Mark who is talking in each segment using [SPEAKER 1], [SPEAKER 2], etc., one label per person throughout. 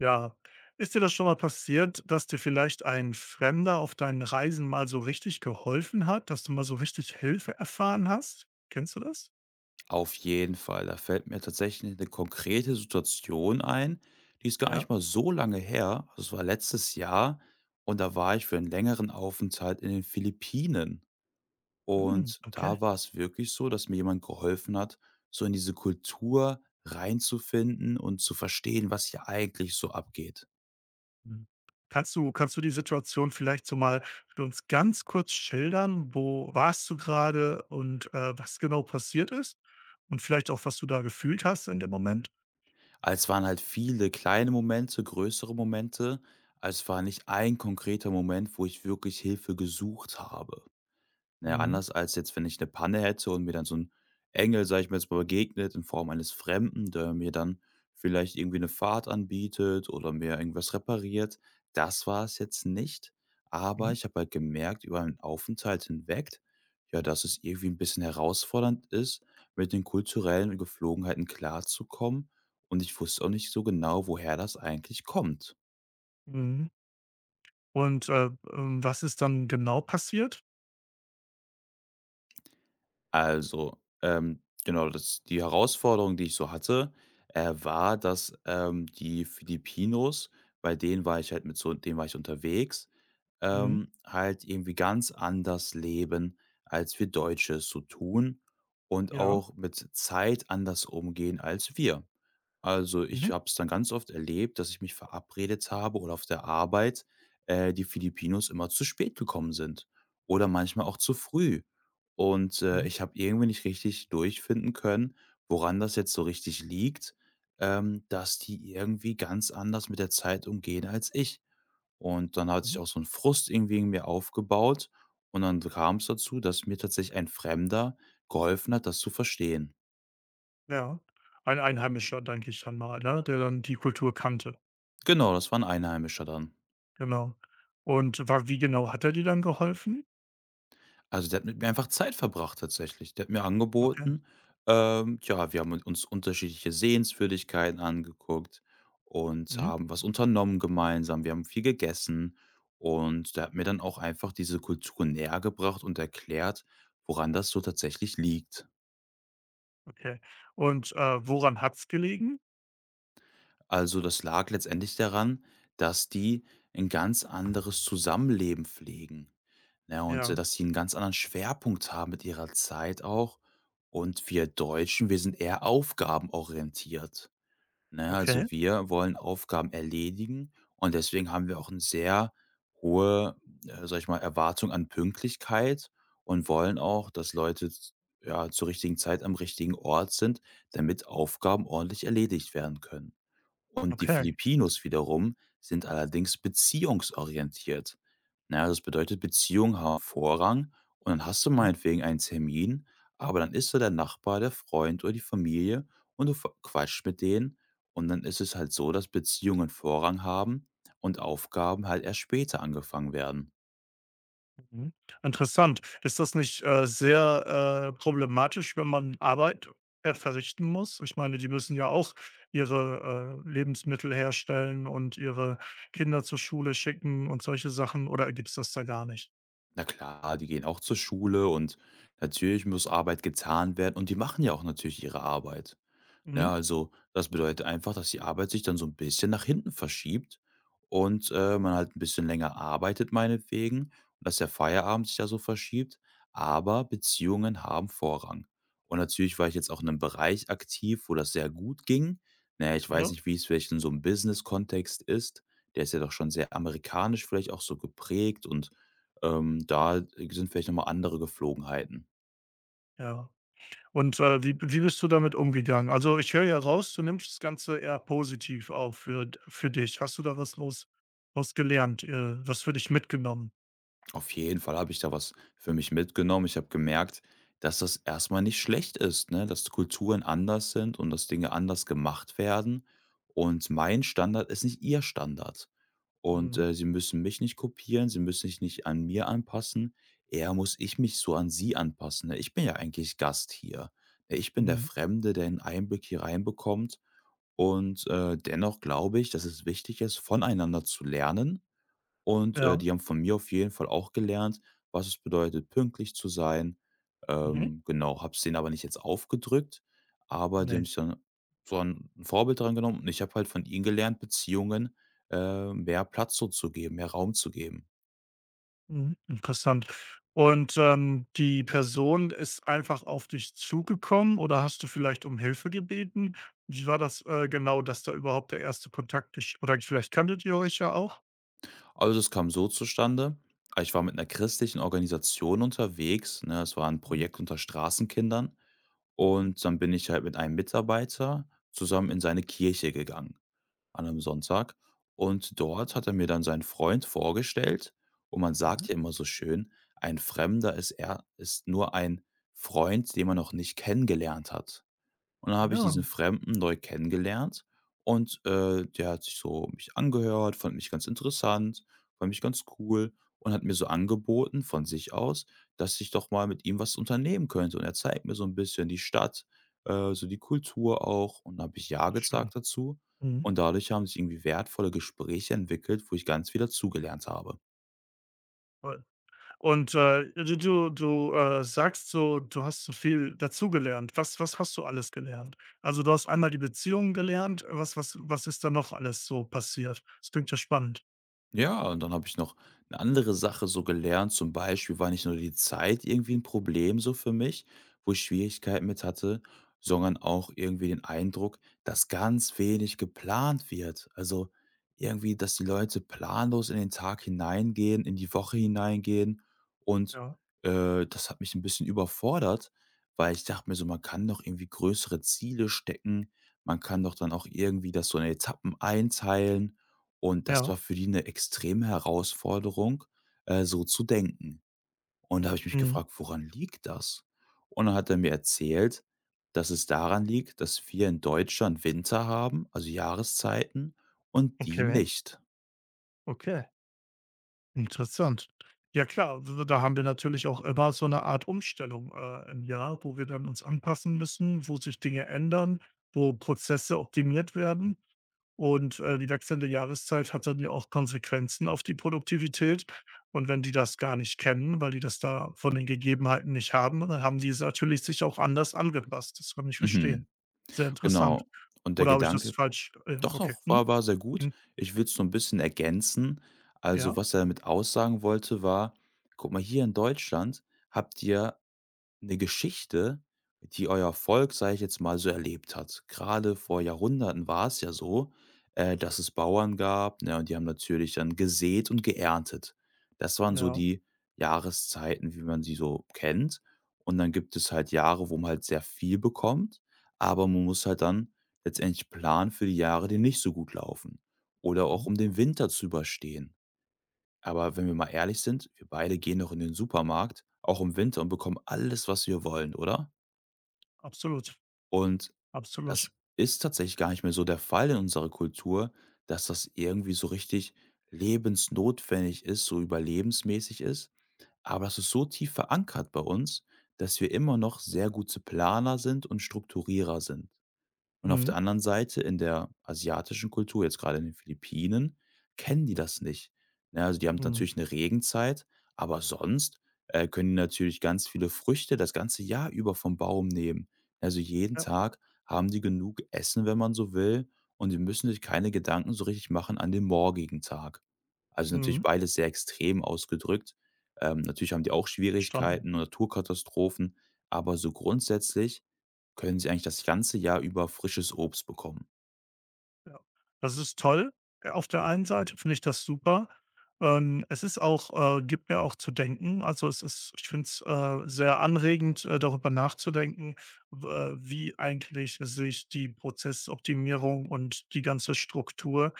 [SPEAKER 1] Ja. Ist dir das schon mal passiert, dass dir vielleicht ein Fremder auf deinen Reisen mal so richtig geholfen hat, dass du mal so richtig Hilfe erfahren hast? Kennst du das?
[SPEAKER 2] Auf jeden Fall. Da fällt mir tatsächlich eine konkrete Situation ein, die ist gar nicht
[SPEAKER 1] Ja?
[SPEAKER 2] mal so lange her. Das war letztes Jahr und da war ich für einen längeren Aufenthalt in den Philippinen.
[SPEAKER 1] Mhm,
[SPEAKER 2] Und da
[SPEAKER 1] okay.
[SPEAKER 2] war es wirklich so, dass mir jemand geholfen hat, so in diese Kultur reinzufinden und zu verstehen, was hier eigentlich so abgeht.
[SPEAKER 1] Mhm. Kannst du die Situation vielleicht so mal für uns ganz kurz schildern? Wo warst du gerade und, was genau passiert ist? Und vielleicht auch, was du da gefühlt hast in dem Moment?
[SPEAKER 2] Es waren halt viele kleine Momente, größere Momente. Also, es war nicht ein konkreter Moment, wo ich wirklich Hilfe gesucht habe. Naja,
[SPEAKER 1] Mhm,
[SPEAKER 2] anders als jetzt, wenn ich eine Panne hätte und mir dann so ein Engel, sage ich mal jetzt mal, begegnet in Form eines Fremden, der mir dann vielleicht irgendwie eine Fahrt anbietet oder mir irgendwas repariert. Das war es jetzt nicht, aber
[SPEAKER 1] mhm,
[SPEAKER 2] ich habe halt gemerkt über meinen Aufenthalt hinweg, ja, dass es irgendwie ein bisschen herausfordernd ist, mit den kulturellen Geflogenheiten klarzukommen und ich wusste auch nicht so genau, woher das eigentlich kommt.
[SPEAKER 1] mhm. Und, was ist dann genau passiert?
[SPEAKER 2] Also, genau, das die Herausforderung, die ich so hatte, war, dass, die Filipinos, bei denen war ich halt mit so denen war ich unterwegs,
[SPEAKER 1] Mhm,
[SPEAKER 2] halt irgendwie ganz anders leben, als wir Deutsche es so tun und
[SPEAKER 1] ja.
[SPEAKER 2] auch mit Zeit anders umgehen als wir. Also, ich
[SPEAKER 1] Mhm,
[SPEAKER 2] habe es dann ganz oft erlebt, dass ich mich verabredet habe oder auf der Arbeit, die Filipinos immer zu spät gekommen sind oder manchmal auch zu früh. Und
[SPEAKER 1] mhm,
[SPEAKER 2] ich habe irgendwie nicht richtig durchfinden können, woran das jetzt so richtig liegt, dass die irgendwie ganz anders mit der Zeit umgehen als ich. Und dann hat sich
[SPEAKER 1] mhm.
[SPEAKER 2] auch so ein Frust irgendwie in mir aufgebaut und dann kam es dazu, dass mir tatsächlich ein Fremder geholfen hat, das zu verstehen.
[SPEAKER 1] Ja, ein Einheimischer, denke ich dann mal, ne, der dann die Kultur kannte.
[SPEAKER 2] Genau, das war 'n Einheimischer dann.
[SPEAKER 1] Genau. Und wa wie genau hat er dir dann geholfen?
[SPEAKER 2] Also, der hat mit mir einfach Zeit verbracht tatsächlich. Der hat mir
[SPEAKER 1] Okay.
[SPEAKER 2] angeboten, ja, wir haben uns unterschiedliche Sehenswürdigkeiten angeguckt und
[SPEAKER 1] Mhm.
[SPEAKER 2] haben was unternommen gemeinsam. Wir haben viel gegessen und der hat mir dann auch einfach diese Kultur nähergebracht und erklärt, woran das so tatsächlich liegt.
[SPEAKER 1] Okay. Und, woran hat's gelegen?
[SPEAKER 2] Also, das lag letztendlich daran, dass die ein ganz anderes Zusammenleben pflegen, ne, und
[SPEAKER 1] Ja.
[SPEAKER 2] dass sie einen ganz anderen Schwerpunkt haben mit ihrer Zeit auch. Und wir Deutschen, wir sind eher aufgabenorientiert, ne?
[SPEAKER 1] Okay,
[SPEAKER 2] Also, wir wollen Aufgaben erledigen und deswegen haben wir auch eine sehr hohe, sage ich mal, Erwartung an Pünktlichkeit und wollen auch, dass Leute z ja, zur richtigen Zeit am richtigen Ort sind, damit Aufgaben ordentlich erledigt werden können. Und die
[SPEAKER 1] okay.
[SPEAKER 2] Filipinos wiederum sind allerdings beziehungsorientiert. Na ja, das bedeutet, Beziehungen haben Vorrang und dann hast du
[SPEAKER 1] Mhm,
[SPEAKER 2] meinetwegen einen Termin, aber dann ist da der Nachbar, der Freund oder die Familie und du quatscht mit denen und dann ist es halt so, dass Beziehungen Vorrang haben und Aufgaben halt erst später angefangen werden.
[SPEAKER 1] mhm. Interessant. Ist das nicht, sehr, problematisch, wenn man Arbeit, verrichten muss? Ich meine, die müssen ja auch ihre, Lebensmittel herstellen und ihre Kinder zur Schule schicken und solche Sachen oder gibt's das da gar nicht?
[SPEAKER 2] Na klar, die gehen auch zur Schule und natürlich muss Arbeit getan werden und die machen ja auch natürlich ihre Arbeit.
[SPEAKER 1] Mhm.
[SPEAKER 2] Ja, also das bedeutet einfach, dass die Arbeit sich dann so ein bisschen nach hinten verschiebt und man halt ein bisschen länger arbeitet meinetwegen und dass der Feierabend sich ja so verschiebt, aber Beziehungen haben Vorrang. Und natürlich war ich jetzt auch in einem Bereich aktiv, wo das sehr gut ging. Na ja, ich weiß
[SPEAKER 1] Ne?
[SPEAKER 2] nicht, wie es vielleicht in so einem Business-Kontext ist. Der ist ja doch schon sehr amerikanisch vielleicht auch so geprägt und da sind vielleicht noch mal andere Geflogenheiten.
[SPEAKER 1] Ja. Und, wie bist du damit umgegangen? Also, ich höre ja raus, du nimmst das Ganze eher positiv auf für dich. Hast du da was gelernt, was für dich mitgenommen?
[SPEAKER 2] Auf jeden Fall habe ich da was für mich mitgenommen. Ich habe gemerkt, dass das erstmal nicht schlecht ist, ne, dass Kulturen anders sind und dass Dinge anders gemacht werden. Und mein Standard ist nicht ihr Standard. Und,
[SPEAKER 1] Mhm,
[SPEAKER 2] äh, sie müssen mich nicht kopieren, sie müssen sich nicht an mir anpassen, eher muss ich mich so an sie anpassen, ne? Ich bin ja eigentlich Gast hier. Ne? Ich bin der
[SPEAKER 1] mhm,
[SPEAKER 2] Fremde, der einen Einblick hier reinbekommt und dennoch glaube ich, dass es wichtig ist, voneinander zu lernen und
[SPEAKER 1] ja,
[SPEAKER 2] die haben von mir auf jeden Fall auch gelernt, was es bedeutet, pünktlich zu sein.
[SPEAKER 1] mhm,
[SPEAKER 2] Genau, habe es denen aber nicht jetzt aufgedrückt, aber die haben
[SPEAKER 1] ne,
[SPEAKER 2] sich dann so ein Vorbild dran genommen und ich habe halt von ihnen gelernt, Beziehungen, mehr Platz so zu geben, mehr Raum zu geben.
[SPEAKER 1] mhm, interessant. Und, die Person ist einfach auf dich zugekommen oder hast du vielleicht um Hilfe gebeten? Wie war das, genau, dass da überhaupt der erste Kontakt ist? Oder vielleicht kanntet ihr euch ja auch?
[SPEAKER 2] Also, das kam so zustande, ich war mit einer christlichen Organisation unterwegs, ne? Es war ein
[SPEAKER 1] Mhm,
[SPEAKER 2] Projekt unter Straßenkindern.
[SPEAKER 1] mhm,
[SPEAKER 2] Und dann bin ich halt mit einem Mitarbeiter zusammen in seine Kirche gegangen an einem Sonntag. Und dort hat er mir dann seinen Freund vorgestellt. Und man
[SPEAKER 1] mhm.
[SPEAKER 2] sagt ja immer so schön: „Ein Fremder ist nur ein Freund, den man noch nicht kennengelernt hat." Und dann habe ich
[SPEAKER 1] Ja,
[SPEAKER 2] diesen Fremden neu kennengelernt und der hat sich so mich angehört, fand mich ganz interessant, fand mich ganz cool und hat mir so angeboten von sich aus, dass ich doch mal mit ihm was unternehmen könnte. Und er zeigt mir so ein bisschen die Stadt, so die Kultur auch und da habe ich ja
[SPEAKER 1] ach schön.
[SPEAKER 2] gesagt dazu
[SPEAKER 1] Mhm.
[SPEAKER 2] und dadurch haben sich irgendwie wertvolle Gespräche entwickelt, wo ich ganz viel dazugelernt habe.
[SPEAKER 1] Und, du sagst so, du hast so viel dazugelernt. Was hast du alles gelernt? Also, du hast einmal die Beziehung gelernt. Was ist da noch alles so passiert? Das klingt ja spannend.
[SPEAKER 2] Ja, und dann habe ich noch eine andere Sache so gelernt. Zum Beispiel war nicht nur die Zeit irgendwie ein Problem so für mich, wo ich Schwierigkeiten mit hatte, sondern auch irgendwie den Eindruck, dass ganz wenig geplant wird. Also, irgendwie, dass die Leute planlos in den Tag hineingehen, in die Woche hineingehen und,
[SPEAKER 1] Ja,
[SPEAKER 2] äh, das hat mich ein bisschen überfordert, weil ich dachte mir so, man kann doch irgendwie größere Ziele stecken, man kann doch dann auch irgendwie das so in Etappen einteilen und das
[SPEAKER 1] ja.
[SPEAKER 2] war für die eine extreme Herausforderung, so zu denken. Und da habe ich mich
[SPEAKER 1] Mhm.
[SPEAKER 2] gefragt: „Woran liegt das?" Und dann hat er mir erzählt, dass es daran liegt, dass wir in Deutschland Winter haben, also Jahreszeiten, und die
[SPEAKER 1] Okay,
[SPEAKER 2] nicht.
[SPEAKER 1] okay, interessant. Ja klar, d da haben wir natürlich auch immer so eine Art Umstellung, im Jahr, wo wir dann uns anpassen müssen, wo sich Dinge ändern, wo Prozesse optimiert werden. Und, die wechselnde Jahreszeit hat dann ja auch Konsequenzen auf die Produktivität. Und wenn die das gar nicht kennen, weil die das da von den Gegebenheiten nicht haben, dann haben die es natürlich sich auch anders angepasst. Das kann ich
[SPEAKER 2] Mhm,
[SPEAKER 1] verstehen. Sehr interessant.
[SPEAKER 2] genau. Und der
[SPEAKER 1] Oder habe ich das
[SPEAKER 2] Gedanke.
[SPEAKER 1] falsch?
[SPEAKER 2] Doch,
[SPEAKER 1] Okay.
[SPEAKER 2] doch,
[SPEAKER 1] Mhm,
[SPEAKER 2] war sehr gut.
[SPEAKER 1] mhm.
[SPEAKER 2] Ich will es so ein bisschen ergänzen. Also,
[SPEAKER 1] Ja,
[SPEAKER 2] was er damit aussagen wollte, war: „Guck mal, hier in Deutschland habt ihr eine Geschichte, die euer Volk, sage ich jetzt mal, so erlebt hat. Gerade vor Jahrhunderten war es ja so, dass es Bauern gab, ne, und die haben natürlich dann gesät und geerntet. Das waren so
[SPEAKER 1] ja.
[SPEAKER 2] die Jahreszeiten, wie man sie so kennt. Und dann gibt es halt Jahre, wo man halt sehr viel bekommt, aber man muss halt dann letztendlich planen für die Jahre, die nicht so gut laufen oder auch
[SPEAKER 1] Mhm.
[SPEAKER 2] um den Winter zu überstehen. Aber wenn wir mal ehrlich sind, wir beide gehen doch in den Supermarkt, auch im Winter und bekommen alles, was wir wollen, oder?
[SPEAKER 1] Absolut,
[SPEAKER 2] Und
[SPEAKER 1] absolut.
[SPEAKER 2] das ist tatsächlich gar nicht mehr so der Fall in unserer Kultur, dass das irgendwie so richtig lebensnotwendig ist, so überlebensmäßig ist. Aber das ist so tief verankert bei uns, dass wir immer noch sehr gute Planer sind und Strukturierer sind. Und auf der
[SPEAKER 1] Mhm,
[SPEAKER 2] anderen Seite in der asiatischen Kultur, jetzt gerade in den Philippinen, kennen die das nicht. Ne, also, die haben
[SPEAKER 1] mhm.
[SPEAKER 2] natürlich eine Regenzeit, aber sonst, können die natürlich ganz viele Früchte das ganze Jahr über vom Baum nehmen. Also, jeden
[SPEAKER 1] Ja,
[SPEAKER 2] Tag haben die genug Essen, wenn man so will, und die müssen sich keine Gedanken so richtig machen an den morgigen Tag. Also, natürlich
[SPEAKER 1] mhm.
[SPEAKER 2] beides sehr extrem ausgedrückt. Natürlich haben die auch
[SPEAKER 1] Verstanden.
[SPEAKER 2] Schwierigkeiten und Naturkatastrophen, aber so grundsätzlich können sie eigentlich das ganze Jahr über frisches Obst bekommen.
[SPEAKER 1] Ja, das ist toll. Auf der einen Seite finde ich das super. Es ist auch Gibt mir auch zu denken. Also, es ist ich finde es, sehr anregend, darüber nachzudenken, w wie eigentlich sich die Prozessoptimierung und die ganze Struktur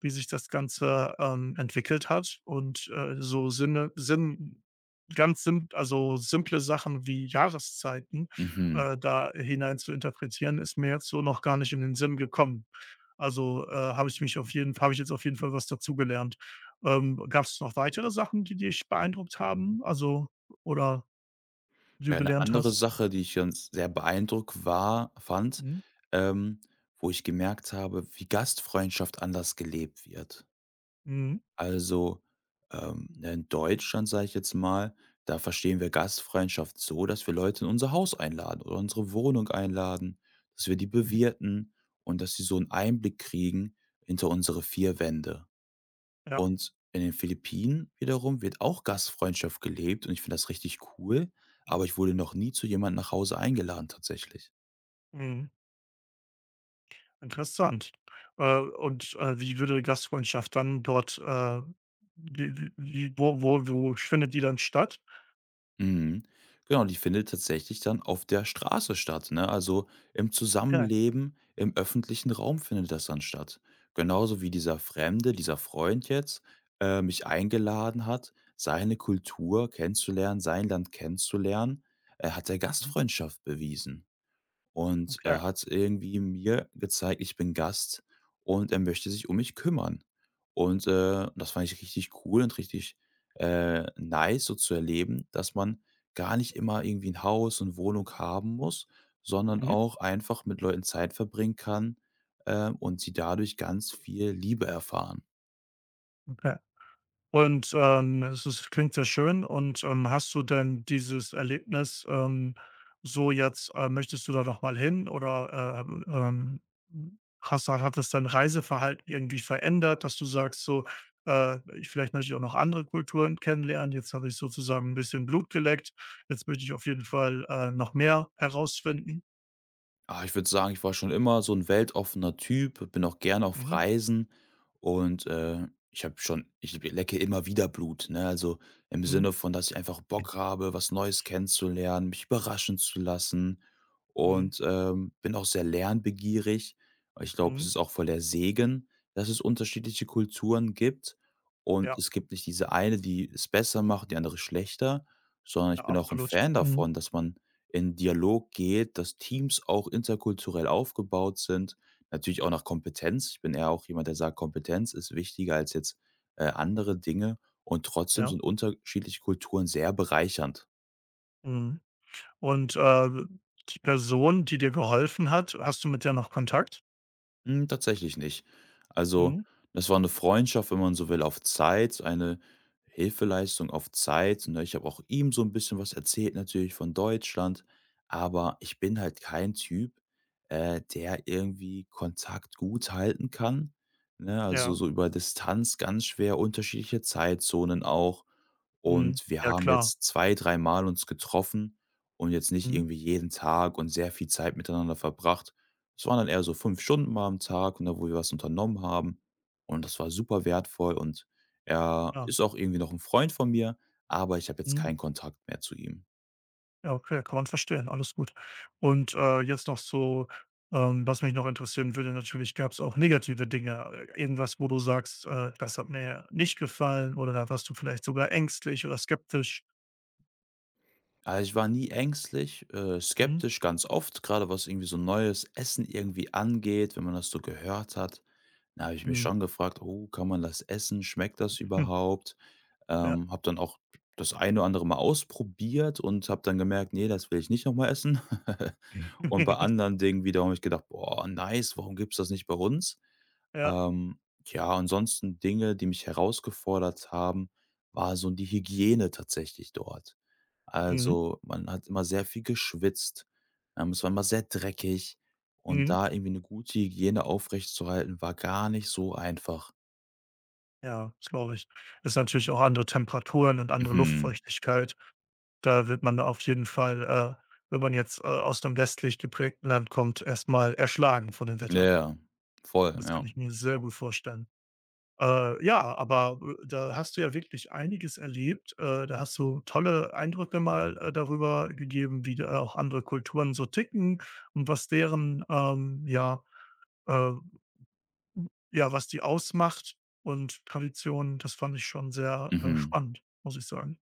[SPEAKER 1] wie sich das Ganze, entwickelt hat und, so Sinn ganz sim also, simple Sachen wie Jahreszeiten,
[SPEAKER 2] Mhm.
[SPEAKER 1] da hinein zu interpretieren, ist mir jetzt so noch gar nicht in den Sinn gekommen. Also, habe ich jetzt auf jeden Fall was dazugelernt. Gab es noch weitere Sachen, die dich beeindruckt haben, also oder die
[SPEAKER 2] Ja,
[SPEAKER 1] du
[SPEAKER 2] eine
[SPEAKER 1] gelernt
[SPEAKER 2] andere
[SPEAKER 1] hast?
[SPEAKER 2] Sache, die ich ganz sehr beeindruckt war fand,
[SPEAKER 1] Mhm.
[SPEAKER 2] ähm, wo ich gemerkt habe, wie Gastfreundschaft anders gelebt wird.
[SPEAKER 1] Mhm.
[SPEAKER 2] Also, ne, in Deutschland, sage ich jetzt mal, da verstehen wir Gastfreundschaft so, dass wir Leute in unser Haus einladen oder unsere Wohnung einladen, dass wir die
[SPEAKER 1] Mhm.
[SPEAKER 2] bewirten und dass sie so einen Einblick kriegen hinter unsere 4 Wände.
[SPEAKER 1] Ja.
[SPEAKER 2] Und in den Philippinen wiederum wird auch Gastfreundschaft gelebt und ich finde das richtig cool, aber ich wurde noch nie zu jemandem nach Hause eingeladen tatsächlich.
[SPEAKER 1] Mhm. Interessant. Und, wie würde Gastfreundschaft dann dort, wie wie wie wo wo wo findet die dann statt?
[SPEAKER 2] Mhm. Genau, die findet tatsächlich dann auf der Straße statt, ne? Also, im
[SPEAKER 1] Okay.
[SPEAKER 2] Zusammenleben, im öffentlichen Raum findet das dann statt. Genauso wie dieser Fremde, dieser Freund jetzt, mich eingeladen hat, seine Kultur kennenzulernen, sein Land kennenzulernen, hat er
[SPEAKER 1] Mhm.
[SPEAKER 2] Gastfreundschaft bewiesen. Und er
[SPEAKER 1] Okay.
[SPEAKER 2] hat irgendwie mir gezeigt, ich bin Gast und er möchte sich um mich kümmern. Und das fand ich richtig cool und richtig, nice, so zu erleben, dass man gar nicht immer irgendwie ein Haus und Wohnung haben muss, sondern
[SPEAKER 1] Mhm.
[SPEAKER 2] auch einfach mit Leuten Zeit verbringen kann, und sie dadurch ganz viel Liebe erfahren.
[SPEAKER 1] Okay. Und, es ist klingt sehr schön und, hast du denn dieses Erlebnis, so jetzt, möchtest du da noch mal hin oder, hast hat das dein Reiseverhalten irgendwie verändert, dass du sagst so: ich Vielleicht möchte ich auch noch andere Kulturen kennenlernen. Jetzt habe ich sozusagen ein bisschen Blut geleckt. Jetzt möchte ich auf jeden Fall, noch mehr herausfinden."
[SPEAKER 2] Ich würde sagen, ich war schon immer so ein weltoffener Typ, bin auch gerne auf
[SPEAKER 1] Mhm,
[SPEAKER 2] Reisen und ich habe schon ich lecke immer wieder Blut, ne? Also, im
[SPEAKER 1] mhm,
[SPEAKER 2] Sinne von, dass ich einfach Bock habe, was Neues kennenzulernen, mich überraschen zu lassen
[SPEAKER 1] mhm,
[SPEAKER 2] und bin auch sehr lernbegierig. Ich glaube, es
[SPEAKER 1] mhm.
[SPEAKER 2] ist auch voll der Segen, dass es unterschiedliche Kulturen gibt und
[SPEAKER 1] Ja,
[SPEAKER 2] es gibt nicht diese eine, die es besser macht, die andere schlechter, sondern ich
[SPEAKER 1] ja,
[SPEAKER 2] bin auch ein
[SPEAKER 1] absolut.
[SPEAKER 2] Fan
[SPEAKER 1] Mhm,
[SPEAKER 2] davon, dass man in Dialog geht, dass Teams auch interkulturell aufgebaut sind, natürlich auch nach Kompetenz. Ich bin eher auch jemand, der sagt, Kompetenz ist wichtiger als jetzt, andere Dinge und trotzdem
[SPEAKER 1] ja,
[SPEAKER 2] sind unterschiedliche Kulturen sehr bereichernd.
[SPEAKER 1] mhm. Und, die Person, die dir geholfen hat, hast du mit der noch Kontakt?
[SPEAKER 2] Hm, tatsächlich nicht. Also,
[SPEAKER 1] Mhm,
[SPEAKER 2] das war eine Freundschaft, wenn man so will, auf Zeit, so eine Hilfeleistung auf Zeit, ne? Ich habe auch ihm so ein bisschen was erzählt natürlich von Deutschland, aber ich bin halt kein Typ, der irgendwie Kontakt gut halten kann, ne? Also,
[SPEAKER 1] ja.
[SPEAKER 2] so über Distanz ganz schwer, unterschiedliche Zeitzonen auch.
[SPEAKER 1] Mhm.
[SPEAKER 2] Und wir
[SPEAKER 1] Ja
[SPEAKER 2] haben
[SPEAKER 1] klar.
[SPEAKER 2] jetzt zwei dreimal uns getroffen und jetzt nicht
[SPEAKER 1] Mhm,
[SPEAKER 2] irgendwie jeden Tag und sehr viel Zeit miteinander verbracht. Es waren dann eher so 5 Stunden mal am Tag, ne, wo wir was unternommen haben und das war super wertvoll und er
[SPEAKER 1] ja.
[SPEAKER 2] ist auch irgendwie noch ein Freund von mir, aber ich habe jetzt
[SPEAKER 1] Mhm.
[SPEAKER 2] keinen Kontakt mehr zu ihm.
[SPEAKER 1] Ja, okay, kann man verstehen, alles gut. Und, jetzt noch so, was mich noch interessieren würde, natürlich gab es auch negative Dinge, irgendwas, wo du sagst: „Das hat mir nicht gefallen", oder da warst du vielleicht sogar ängstlich oder skeptisch.
[SPEAKER 2] Also, ich war nie ängstlich,
[SPEAKER 1] Mhm,
[SPEAKER 2] skeptisch ganz oft, gerade was irgendwie so neues Essen irgendwie angeht, wenn man das so gehört hat. Da habe ich mich
[SPEAKER 1] mhm,
[SPEAKER 2] schon gefragt: „Oh, kann man das essen? Schmeckt das überhaupt?"
[SPEAKER 1] ja.
[SPEAKER 2] Habe dann auch das eine oder andere mal ausprobiert und habe dann gemerkt: nee, das will ich nicht noch mal essen." Und bei anderen Dingen wiederum habe ich gedacht: „Boah, nice, warum gibt's das nicht bei uns?"
[SPEAKER 1] Ja,
[SPEAKER 2] Ähm, ja, ansonsten Dinge, die mich herausgefordert haben, war so die Hygiene tatsächlich dort.
[SPEAKER 1] mhm,
[SPEAKER 2] Also, man hat immer sehr viel geschwitzt, es war immer sehr dreckig und
[SPEAKER 1] mhm.
[SPEAKER 2] da irgendwie eine gute Hygiene aufrechtzuerhalten, war gar nicht so einfach.
[SPEAKER 1] Ja, das glaube ich. Das ist natürlich auch andere Temperaturen und andere
[SPEAKER 2] Mhm.
[SPEAKER 1] Luftfeuchtigkeit. Da wird man auf jeden Fall, wenn man jetzt, aus 'nem westlich geprägten Land kommt, erst mal erschlagen von dem
[SPEAKER 2] Ja,
[SPEAKER 1] Wetter.
[SPEAKER 2] ja, voll,
[SPEAKER 1] Das kann
[SPEAKER 2] ja.
[SPEAKER 1] ich mir sehr gut vorstellen. Ja, aber, da hast du ja wirklich einiges erlebt. Da hast du tolle Eindrücke mal, darüber gegeben, wie da auch andere Kulturen so ticken und was deren, ja, äh, ja, was die ausmacht und Traditionen. Das fand ich schon sehr,
[SPEAKER 2] Mhm.
[SPEAKER 1] spannend, muss ich sagen.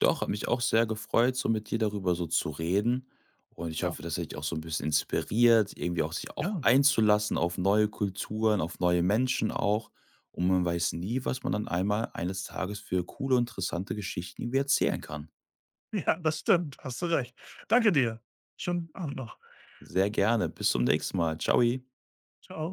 [SPEAKER 2] Doch, hat mich auch sehr gefreut, so mit dir darüber so zu reden. Und ich
[SPEAKER 1] Ja,
[SPEAKER 2] hoffe, das hat dich auch so ein bisschen inspiriert, irgendwie auch sich auch
[SPEAKER 1] ja.
[SPEAKER 2] einzulassen auf neue Kulturen, auf neue Menschen auch. Und man weiß nie, was man dann einmal eines Tages für coole, interessante Geschichten irgendwie erzählen kann.
[SPEAKER 1] Ja, das stimmt, hast du recht. Danke dir. Schönen Abend noch.
[SPEAKER 2] Sehr gerne. Bis zum nächsten Mal. Ciao.
[SPEAKER 1] Ciao.